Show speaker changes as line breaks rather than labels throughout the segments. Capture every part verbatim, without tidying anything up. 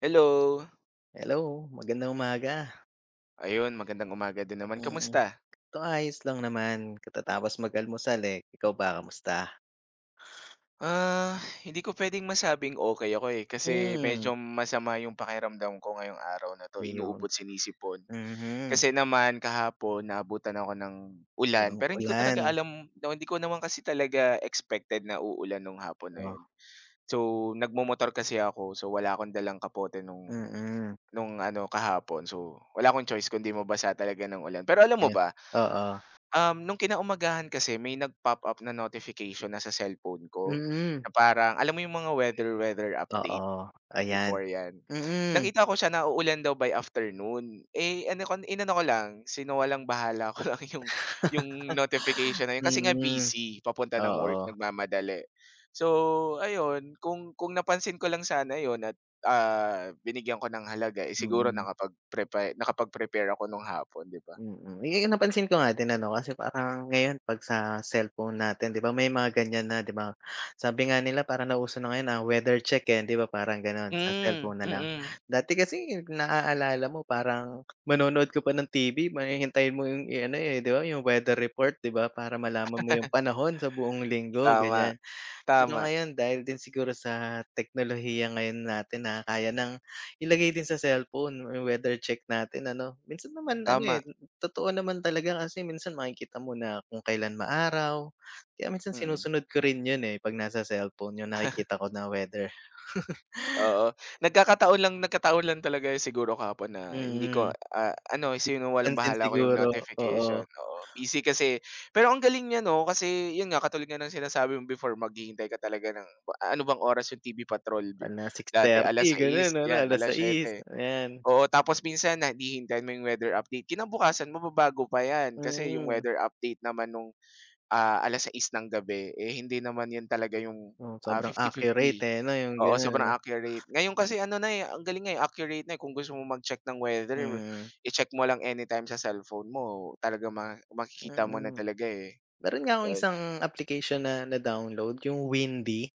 Hello.
Hello, magandang umaga.
Ayun, magandang umaga din naman.
Mm,
Kamusta?
ito ayos lang naman katatapos mag-almusal, eh, ikaw ba kamusta?
Ah, hindi ko puwedeng masabing okay ako, eh, kasi
Hmm.
medyo masama yung pakiramdam ko ngayong araw na 'to,
Iyon.
inuubot sinisipon.
Mhm.
Kasi naman kahapon naabutan ako ng ulan,
Ng
pero hindi ko
ulan.
talaga alam na hindi ko naman kasi talaga expected na uulan nung hapon na
Oh.
yun. So, nagmomotor kasi ako, so wala akong dalang kapote nung
Mm.
nung ano kahapon. So, wala akong choice kundi mabasa talaga ng ulan. Pero alam mo
Yan.
ba,
Oo.
Um, nung kinaumagahan kasi may nag-pop up na notification na sa cellphone ko,
Mm.
na parang alam mo yung mga weather weather update
Oo. Ayan.
before 'yan.
Mm.
Nakita ko siya na uulan daw by afternoon, eh, ano ko inano ko lang, sinawalang bahala ko lang yung yung notification na yun kasi nga
Mm.
busy papunta ng work,
Oo.
nagmamadali. So ayun, kung kung napansin ko lang sana yun at, ah, binigyan ko ng halaga, eh, siguro
Mm.
nakapag-prepa nakapag-prepare ako nung hapon, 'di ba?
Mm, eh, napansin ko nga din ano, kasi parang ngayon 'pag sa cellphone natin 'di ba may mga ganyan na 'di ba? Sabi nga nila parang nauso na ngayon ang weather check, eh, 'di ba parang gano'n sa
Hmm,
cellphone na lang.
mm,
Dati kasi naaalala mo parang manonood ka pa ng T V may hihintayin mo yung i-ano, eh, 'di ba yung weather report 'di ba para malaman mo yung panahon sa buong linggo,
tama.
ganyan. Pero
Tama,
ngayon dahil din siguro sa teknolohiya ngayon natin na kaya ng ilagay din sa cellphone yung weather check natin ano. Minsan naman ano,
tama,
eh, totoo naman talaga kasi minsan makikita mo na kung kailan maaraw. Kaya minsan
mm,
sinusunod ko rin yun, eh, 'pag nasa cellphone yung nakikita ko na weather.
oo. Nagkakataon lang Nagkataon lang talaga siguro kahapon na hindi ko,
Mm.
ah, ano,
Pansin
sinawalang-bahala ko yung
siguro.
notification,
Oo.
oo. Busy kasi pero ang galing niya 'no, kasi yun nga katulad nga ng sinasabi mo before maghihintay ka talaga ng ba- ano bang oras yung T V Patrol bi
Ala six
dati
thirty gano'n
alas seis 'yan,
ano, six
alas siyete
ayan.
oo. Tapos minsan na hihintayin mo yung weather update, kinabukasan mababago pa 'yan kasi yung
Mm.
weather update naman nung ah, alas seis ng gabi, eh, hindi naman 'yun talaga yung,
Oh,
ah,
sobrang
fifty
accurate,
fifty.
eh, 'no yung
Oo,
gano'n
sobrang
ano.
accurate. Ngayon kasi ano na, eh, ang galing nga, eh, accurate na, eh, kung gusto mo mag-check ng weather,
Mm.
i-check mo lang anytime sa cellphone mo, talagang ma makikita mo na
Mm.
talaga, eh,
Meron nga akong
'yun.
isang application na na-download yung Windy.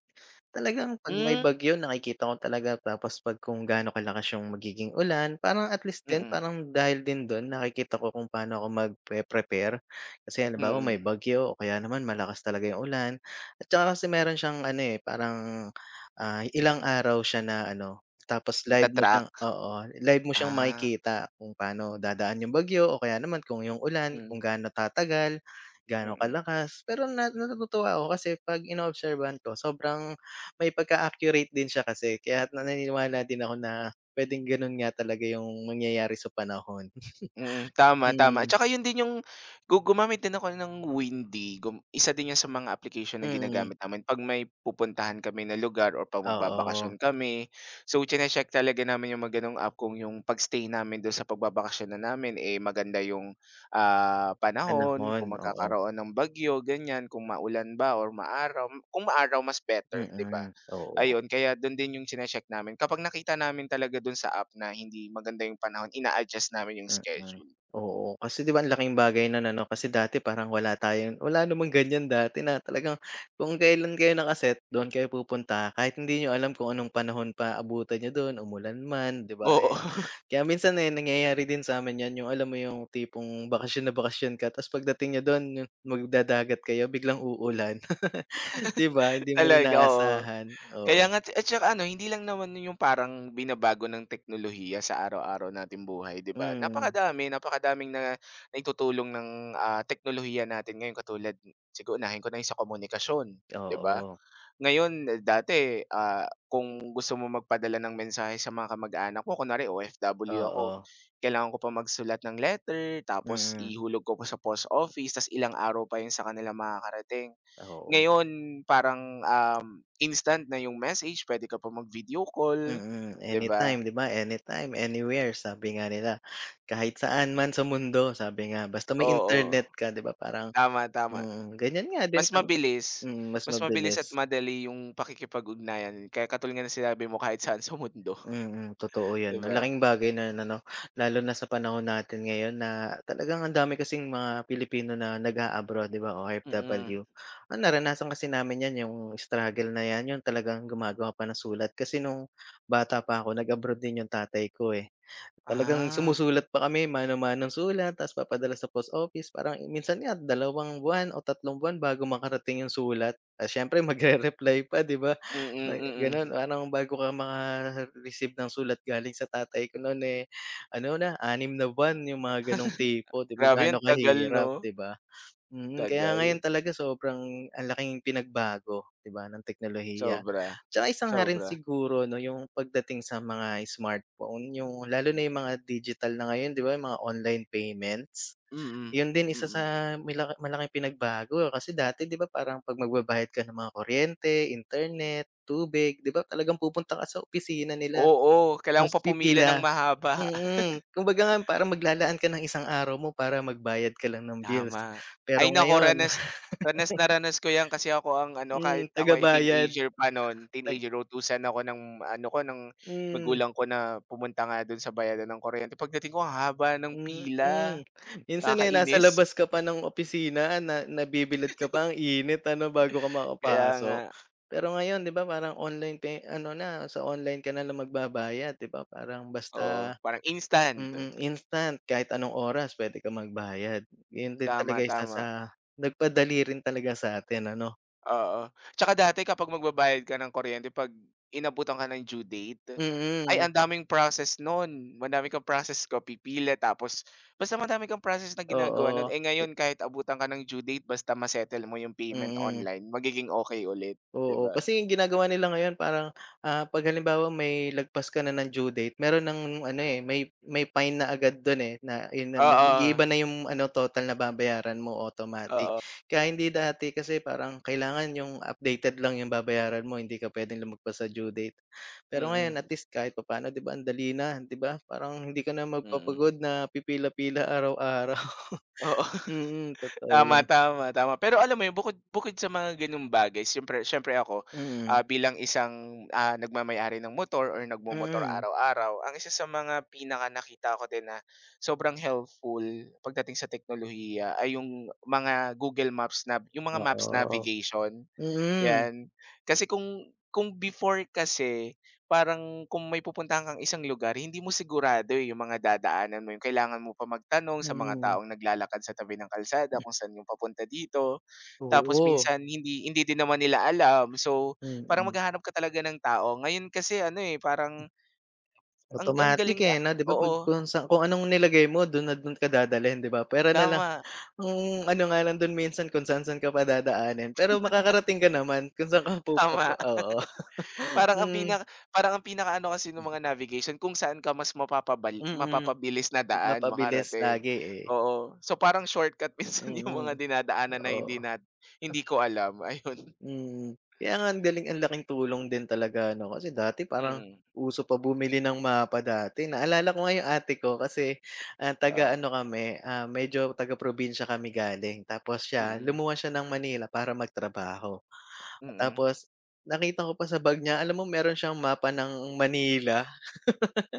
Talagang 'pag may
Hmm,
bagyo nakikita ko talaga tapos 'pag kung gaano kalakas yung magiging ulan, parang at least din
mm,
parang dahil din dun nakikita ko kung paano ako magpe-prepare. Kasi halimbawa may
mm.
bagyo o kaya naman malakas talaga yung ulan at saka kasi meron siyang ano, eh, parang, ah, ilang araw siya na ano, tapos live mo siyang
Nata-track.
oo, live mo siyang
Ah,
makikita kung paano dadaan yung bagyo o kaya naman kung yung ulan,
mm,
kung gaano tatagal, gaano
mm.
kalakas. Pero na natutuwa ako kasi 'pag inoobserbahan ko sobrang may pagka-accurate din siya kasi kaya na naniniwala din ako na pwedeng gano'n nga talaga yung mangyayari sa panahon.
Mm, tama, tama.
Mm.
Tsaka yun din yung gu gumamit din ako ng Windy, gum isa din yan sa mga application na
Mm.
ginagamit namin 'pag may pupuntahan kami na lugar or 'pag
Oo.
magbabakasyon kami. So, chine-check talaga namin yung mga gano'ng app kung yung pagstay namin dun sa pagbabakasyon na namin, eh, maganda yung, ah, panahon,
Panahon.
kung
Oo.
magkakaroon ng bagyo, ganyan, kung maulan ba or maaraw. Kung maaraw mas better, 'di ba?
Mm. Oo.
Ayun, kaya dun din yung chine-check namin. Kapag nakita namin talaga dun sa app na hindi maganda yung panahon, ina-adjust namin yung
Mm.
schedule.
Oo, kasi 'di ba ang laking bagay na ano, kasi dati parang wala tayong wala namang ganiyan dati na talagang kung kailan kayo naka-set doon kayo pupunta kahit hindi niyo alam kung anong panahon pa abutan niyo do'n, umulan man, 'di ba?
Oo,
Kaya minsan, eh, nangyayari din sa'min 'yan, yung alam mo yung tipong bakasyon na bakasyon ka tapos pagdating niyo do'n yung magdadagat kayo biglang uulan, 'di ba? Hindi mo
talaga, oo.
inaasahan, oo.
Kaya nga at tsaka ano, hindi lang naman yung parang binabago ng teknolohiya sa araw-araw natin buhay, 'di ba?
Mm.
Napakadami, napakadaming na naitutulong ng, ah, teknolohiya natin ngayon katulad siguro unahin ko na yung sa komunikasyon, 'di ba?
Oo.
Ngayon, dati, ah, kung gusto mo magpadala ng mensahe sa mga kamag-anak ko, kunwari O F W ako,
Oo.
kailangan ko pa magsulat ng letter, tapos
Mm.
ihulog ko pa sa post office, tas ilang araw pa yun sa kanila makakarating.
Oo.
Ngayon, parang, um, instant na yung message, pwede ka pa mag-video call,
mm,
'di ba?
anytime, 'di ba? Anytime, anywhere sabi nga nila. Kahit saan man sa mundo sabi nga, basta may
Oo,
internet ka, 'di ba? Parang
tama, tama.
mm, ganyan nga din
Mas
kam
mabilis,
mm, mas
mas mabilis at
mabilis.
madali yung pakikipag-ugnayan, kaya katulad nga ng sinabi mo kahit saan sa mundo,
Mm, totoo
'di
'yan. Ang
ba?
laking bagay na ano, lalo na sa panahon natin ngayon na talagang ang dami kasing mga Pilipino na nag-a-abroad, 'di ba, O
Mm.
OFW. Ah, naranasan kasi namin 'yan, yung struggle na 'yan, yung talagang gumagawa pa ng sulat. Kasi nung bata pa ako, nag-abroad din yung tatay ko, eh. Talagang
Ah.
sumusulat pa kami, mano-manong sulat tapos papadala sa post office. Parang minsan nga dalawang buwan o tatlong buwan bago makarating yung sulat. Ah, siyempre magre-reply pa, 'di ba?
Mm,
Na gano'n,
mm.
parang bago ka maka-receive ng sulat galing sa tatay ko no'n, eh, ano na, anim na buwan, yung mga gano'ng tipo, 'di ba,
Grabe ang
gaano
tagal 'no?
kahirap, 'di ba? Mm, kaya
Tagal,
ngayon talaga sobrang ang laking pinagbago, 'di ba, ng teknolohiya.
sobra,
Tsaka isa nga rin
sobra.
siguro 'no, yung pagdating sa mga smartphone, yung lalo na yung mga digital na ngayon, 'di ba, yung mga online payments?
Mm,
Yun din isa
mm.
sa mila malaking pinagbago eh, kasi dati 'di ba parang 'pag magbabayad ka ng mga kuryente, internet, tubig, 'di ba talagang pupunta ka sa opisina nila
Oo, kailangan mo
tapos
pa pumila ng
pipila,
mahaba.
mm. Kumbaga nga parang maglalaan ka ng isang araw mo para magbayad ka lang ng bills.
Tama.
Pero
Ay naku,
ngayon,
ranas ranas na ranas ko 'yan kasi ako ang ano, kahit
hmm,
ako ay
tagabayad
teenager pa no'n,
tag
teenager, utusan ako ng ano ko, ng
hmm.
magulang ko na pumunta nga do'n sa bayaran ng kuryente. Pagdating ko ang haba ng
Mm.
pila,
Minsan, eh, nasa
nakakainis.
labas ka pa ng opisina na nabibilad ka pa, ang init ano, bago ka
Kaya nga,
makapasok. Pero ngayon 'di ba parang online pay ano na, sa online ka na lang magbabayad 'di ba, parang basta
oo, parang instant.
mm, instant kahit anong oras puwede kang magbayad. 'Yun din
Tama,
talaga isa
tama.
sa nagpadali rin talaga sa sa'tin ano?
Oo, tsaka dati kapag magbabayad ka ng kuryente 'pag inabutan ka ng due date, ay
Mm.
ang daming process nun, madami kang process ko pipila tapos basta madami kang process na ginagawa nun,
Oo.
eh, ngayon kahit abutan ka ng due date basta ma-settle mo yung payment
Mm.
online magiging okay ulit, 'di
Oo,
ba?
kasi yung ginagawa nila ngayon parang, ah, 'pag halimbawa may lagpas ka na ng due date meron ng ano, eh, may may fine na agad dun, eh, na yun na
Oo,
mag-iiba na yung ano total na babayaran mo automatic.
oo,
Kaya hindi dati kasi parang kailangan yung updated lang yung babayaran mo hindi ka pwedeng lumagpas sa due date. Pero ngayon at
mm,
least kahit papaano 'di ba ang dali na, 'di ba? Parang hindi ka na
mm.
magpapagod na pipila-pila araw-araw.
Oo.
Mm, totoo
Tama,
yan.
tama, tama. Pero alam mo yun, bukod bukod sa mga gano'ng bagay siyempre siyempre ako,
Mm.
ah, bilang isang, ah, nagmamay ng motor or nagmomotor
Mm.
araw-araw, ang isa sa mga pinaka nakita ko din na sobrang helpful pagdating sa teknolohiya ay yung mga Google Maps na yung mga maps
Oo.
navigation.
Mm.
'Yan. Kasi kung kung before kasi parang kung may pupuntahan kang isang lugar hindi mo sigurado, eh, yung mga dadaanan mo, yung kailangan mo pa magtanong sa mga
Mm.
taong naglalakad sa tabi ng kalsada kung saan yung papunta dito. Tapos
Oo.
minsan hindi hindi din naman nila alam. So, parang
Mm.
maghahanap ka talaga ng tao. Ngayon kasi ano, eh, parang ang ang
Automatic,
galing nga
eh, 'no, 'di ba, 'pag
oo,
kung sa kung anong nilagay mo do'n na do'n ka dadalhin, 'di ba? Pera na lang
tama,
ang ano nga lang do'n minsan kung saan-saan ka pa dadaanin, pero makakarating ka naman kung saan ka pupapa
tama.
oo.
Parang ang
Hmm.
pinaka parang ang pinaka ano kasi nung mga navigation kung saan ka mas mapapabal
Mm.
mapapabilis na daan
Mapabilis
makarating,
lagi, eh.
oo. So, parang shortcut minsan yung
Mm. Mm.
mga dinadaanan na hindi
Oo.
nat hindi ko alam, ayun.
Mm, kaya nga ang galing ang laking tulong din talaga ano, kasi dati parang
Mm.
uso pa bumili ng mapa dati. Naalala ko nga yung ate ko kasi, ah,
Oo,
taga-ano kami, ah, medyo taga-probinsya kami galing tapos siya
mm.
lumuwas siya ng Manila para magtrabaho.
Mm.
Tapos nakita ko pa sa bag niya, alam mo meron siyang mapa ng Manila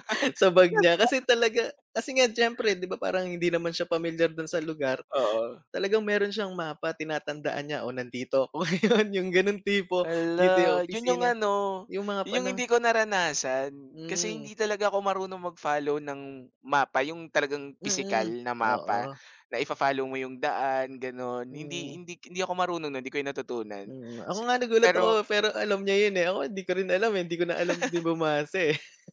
sa bag
Talag
niya kasi talaga kasi nga siyempre 'di ba parang hindi naman siya familiar dun sa lugar.
Oo.
Talagang meron siyang mapa, tinatandaan niya, "Oh, nandito ako ngayon." Yung gano'ng tipo, "Dito yung
Hala, yun yung
opisina."
ano,
Yung mga
yun yung
panah
hindi ko naranasan. Kasi
hmm.
hindi talaga ako marunong mag-follow ng mapa, yung talagang pisikal
Mm.
na mapa
Oo.
na ifa-follow mo yung daan, gano'n. Hindi
Mm.
hindi hindi ako marunong nun, hindi ko yun natutunan.
Mm. Ako
Si
nga nagulat ako,
Pero
pero alam niya yun, eh. Ako hindi ko rin alam, eh, hindi ko na alam din bumasa, eh.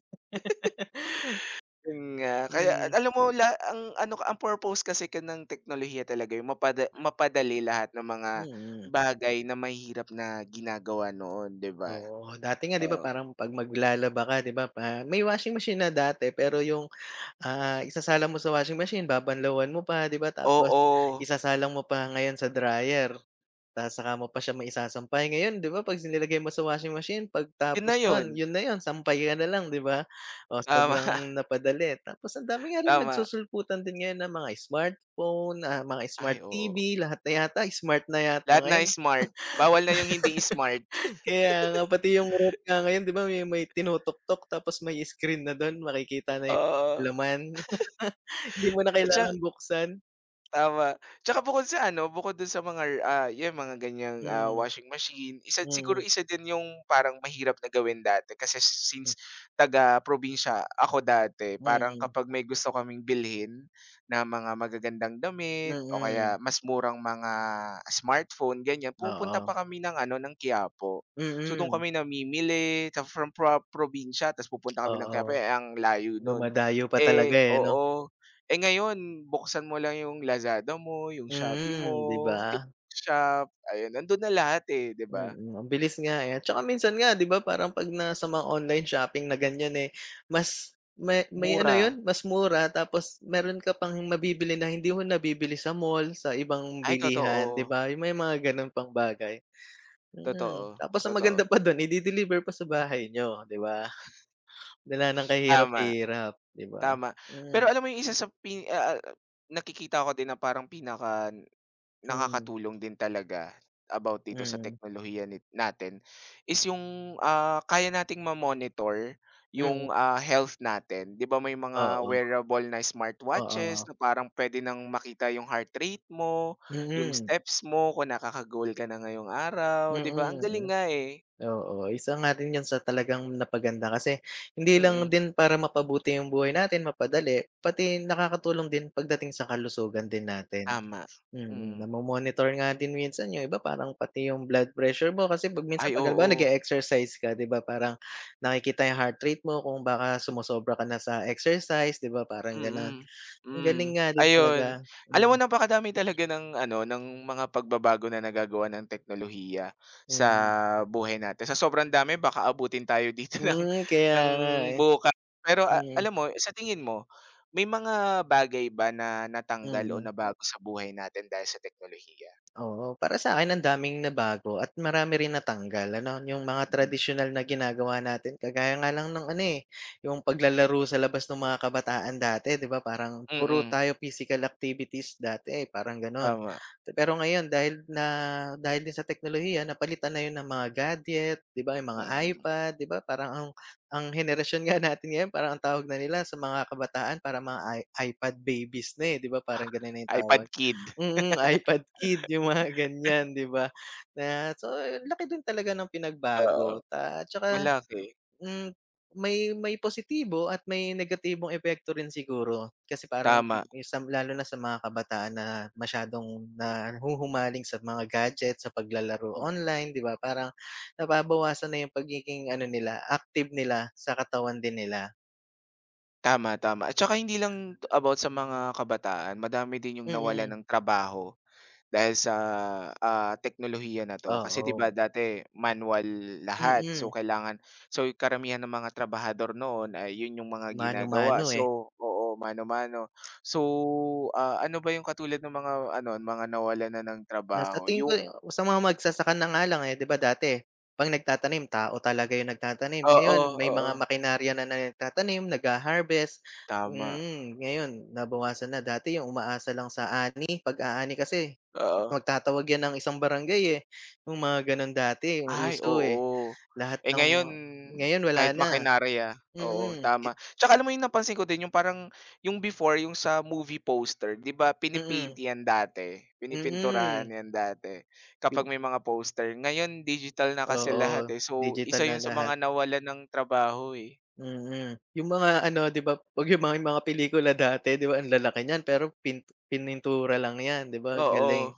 yun nga, kaya
Hmm.
alam mo la ang ano ang purpose kasi ka ng teknolohiya talaga yung mapada mapadali lahat ng mga
Mm.
bagay na mahirap na ginagawa noon, 'di ba?
Oo, dati nga 'di ba
Oo.
parang 'pag maglalaba ka 'di ba pa may washing machine na dati pero yung, ah, isasala mo sa washing machine, babanlawan mo pa 'di ba tapos
Oo,
isasalang mo pa ngayon sa dryer. Tas saka mo pa siya maisasampay. Ngayon 'di ba 'pag nilagay mo sa washing machine
yun
pagtapos
na yun.
nun yun na yun, sampay ka na lang 'di ba? O
Tama,
sobrang napadali. Tapos ang dami nga rin
tama.
nagsusulputan din ngayon ng mga smartphone, ah, mga
Ay
smart
oo,
T V, lahat na yata smart na yata
lahat na
ngayon.
smart, bawal na yung hindi smart.
Kaya nga pati yung ref nga ngayon 'di ba may may tinutuktok tapos may screen na dun makikita na yung
Oo,
laman. Hindi mo na
at tsa
kailangan buksan.
tama. Tsaka bukod sa ano, bukod dun sa mga, ah, yan mga ganiyang, ah,
Mm.
washing machine, isa siguro
Mm.
isa din yung parang mahirap na gawin dati kasi
Hmm.
since taga-probinsya ako dati, parang
Mm.
kapag may gusto kaming bilhin na mga magagandang damit o
Mm.
kaya mas murang mga smartphone, ganiyan, pumupunta
Oo.
pa kami ng ano, ng Quiapo.
Mm.
So, dun kami
Mm.
namimili ta from pro probinsya tapos pupunta kami ng
Oo,
Quiapo, eh, ang layo nun.
dumadayo pa
Eh
talaga, eh, 'no?
oo. Eh, ngayon buksan mo lang yung Lazada mo, yung Shopee
Mm, 'di
mo,
ba?
TikTok shop, ayun nandun na lahat, eh, 'di ba?
Mm, ang bilis nga, eh, at saka minsan nga 'di ba parang 'pag nasa mga online shopping na ganyan, eh, mas may may ano
Mura.
'yun, mas mura tapos meron ka pang mabibili na hindi mo nabibili sa mall, sa ibang
Ay
bilihan, 'di
totoo,
ba? Yung may mga gano'n pang bagay. Mm,
totoo,
tapos ang
totoo.
maganda pa do'n ide-deliver pa sa bahay niyo, 'di ba? Wala ng
Tama,
kahirap-hirap, 'di ba?
tama.
Mm.
Pero alam mo yung isa sa pin ah ah, nakikita ko din na parang pinaka
Mm.
nakakatulong din talaga about dito sa
Mm.
teknolohiya nit natin is yung, ah, kaya nating ma-monitor
Mm.
yung, ah, health natin. 'Di ba may mga
Oo.
wearable na
Oo.
smartwatches na parang pwede nang makita yung heart rate mo, yung
Mm.
steps mo, kung nakaka-goal ka na ngayong araw, 'di ba? Ang galing
Mm.
nga, eh.
Oo, isa nga rin 'yan sa talagang napaganda kasi hindi
Mm,
lang
mm,
din para mapabuti yung buhay natin, mapadali, pati nakakatulong din pagdating sa kalusugan din natin.
tama.
Mm,
Mm.
namo-monitor nga din minsan yung iba parang pati yung blood pressure mo kasi 'pag minsan
Ay,
'pag halimbawa
oo.
nag-e-exercise ka, 'di ba, parang nakikita yung heart rate mo kung baka sumosobra ka na sa exercise, 'di ba, parang gano'n.
Mm,
Ang
hmm,
galing nga din
ayun.
talaga.
Alam mo
Mm.
napakadami talaga ng ano, ng mga pagbabago na nagagawa ng teknolohiya sa
Mm.
buhay natin. Sa sobrang dami baka abutin tayo dito ng
Hmm, kaya
ng
nga, eh.
bukas. Pero a
Mm.
alam mo, sa tingin mo, may mga bagay ba na natanggal o
Mm.
nabago sa buhay natin dahil sa teknolohiya?
Oo, para sa'kin ang daming nabago at marami rin natanggal ano, yung mga
Mm.
tradisyonal na ginagawa natin kagaya nga lang ng ano, eh, yung paglalaro sa labas ng mga kabataan dati 'di ba parang puro
Mm,
tayo physical activities dati, eh, parang gano'n.
tama,
Pero ngayon dahil na dahil din sa teknolohiya napalitan na yun ng mga gadget 'di ba, yung mga
mm.
iPad 'di ba parang ang ang henerasyon nga natin ngayon parang ang tawag na nila sa mga kabataan parang mga i iPad babies na, eh, 'di ba parang gano'n na yung tawag.
iPad kid,
Mm, iPad kid yung mga ganyan, 'di ba? Na so laki din talaga ng
oo,
pinagbago ta 'tsaka,
malaki,
hmm, may may positibo at may negatibong epekto rin siguro. Kasi parang ti
tama.
sam lalo na sa mga kabataan na masyadong nahuhumaling sa mga gadget, sa paglalaro online, 'di ba? Parang nababawasan na yung pagiging ano nila, active nila sa katawan din nila.
Tama, tama. At saka hindi lang t- about sa mga kabataan, madami din yung nawala
Mm.
ng trabaho dahil sa, ah, teknolohiya na 'to. Kasi 'di
Oo.
ba dati manual lahat, so
Mm.
kailangan so yung karamihan ng mga trabahador noon ay yun yung mga ginagawa.
Mano-mano, eh.
So oo, mano-mano. So, ah, ano ba yung katulad ng mga ano, mga nawala na ng
Na sa
trabaho?
tingin
Yung
ko sa mga magsasaka na nga lang, eh, 'di ba dati 'pag nagtatanim tao talaga yung nagtatanim, ngayon
oo,
may mga
oo.
makinarya na nagtatanim, nagha-harvest,
Tama,
mm, ngayon nabawasan na. Dati yung umaasa lang sa ani, 'pag aani kasi
oo.
magtatawag yan ng isang barangay, eh, yung mga gano'n dati yung
Ay,
uso, eh.
oo.
Lahat
Eh,
ng mga
ngayon
ngayon wala
kahit
na.
makinarya, oo,
Mm. I.
tama. Tsaka alam mo yung napansin ko din yung parang yung before yung sa movie poster, 'di ba pini-paint
Mm.
'yan dati, pinipinturahan
Mm.
'yan dati
Pi.
kapag may mga poster. Ngayon digital na kasi lahat,
Oo,
eh, so
digital
isa
na
yun sa
lahat.
mga nawala ng trabaho, eh.
Mm, yung mga ano 'di ba 'pag yung mga mga pelikula dati 'di ba ang lalaki niyan pero pin pinintura lang 'yan 'di ba,
Oo,
galing.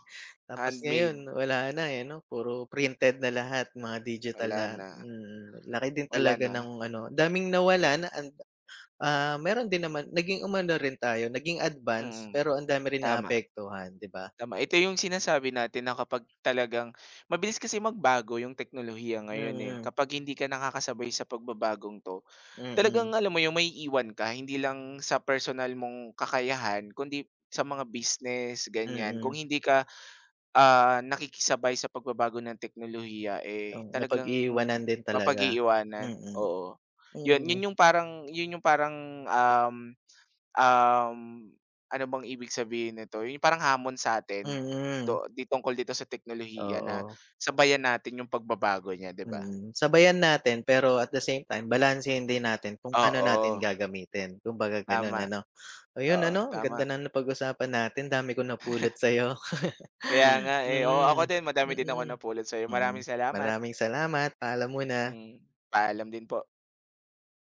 Tapos
handmade.
ngayon wala na, eh, ano puro printed na lahat, mga digital
Wala
na
na,
mm. Laki din
wala
talaga
na.
ng ano, daming nawala na and ah, meron din naman naging umano rin tayo, naging
Mm,
advance pero ang dami rin
tama.
naapektuhan 'di ba?
Tama, ito yung sinasabi natin na kapag talagang mabilis kasi magbago yung teknolohiya ngayon, eh.
Mm.
Kapag hindi ka nakakasabay sa pagbabagong 'to, talagang
Mm.
alam mo yung may iwan ka. Hindi lang sa personal mong kakayahan kundi sa mga business, ganyan. Kung
Mm.
hindi ka, ah, nakikisabay sa pagbabago ng teknolohiya, eh,
Oo,
talagang
mapag-iiwanan din talaga. Mm.
mapag-iiwanan,
Mm.
oo. Yun,
Mm.
yun yung parang yun yung parang, um Um, ano bang ibig sabihin nito, yung parang hamon sa sa'tin
Mm.
to di tungkol dito sa teknolohiya na
Oo.
sabayan natin yung pagbabago niya, 'di ba?
Mm, sabayan natin pero at the same time balansehin din natin kung paano
Oo,
natin gagamitin, kumbaga gano'n
tama.
ano. Ayun
Oo,
ano, ang
tama.
ganda ng napag-usapan natin, dami kong napulot sa'yo.
Kaya nga, eh. Oo, ako
Mm.
din madami din akong
Mm.
napulot sa'yo.
Mm.
Maraming salamat.
Maraming salamat, paalam muna.
Mm, paalam din po.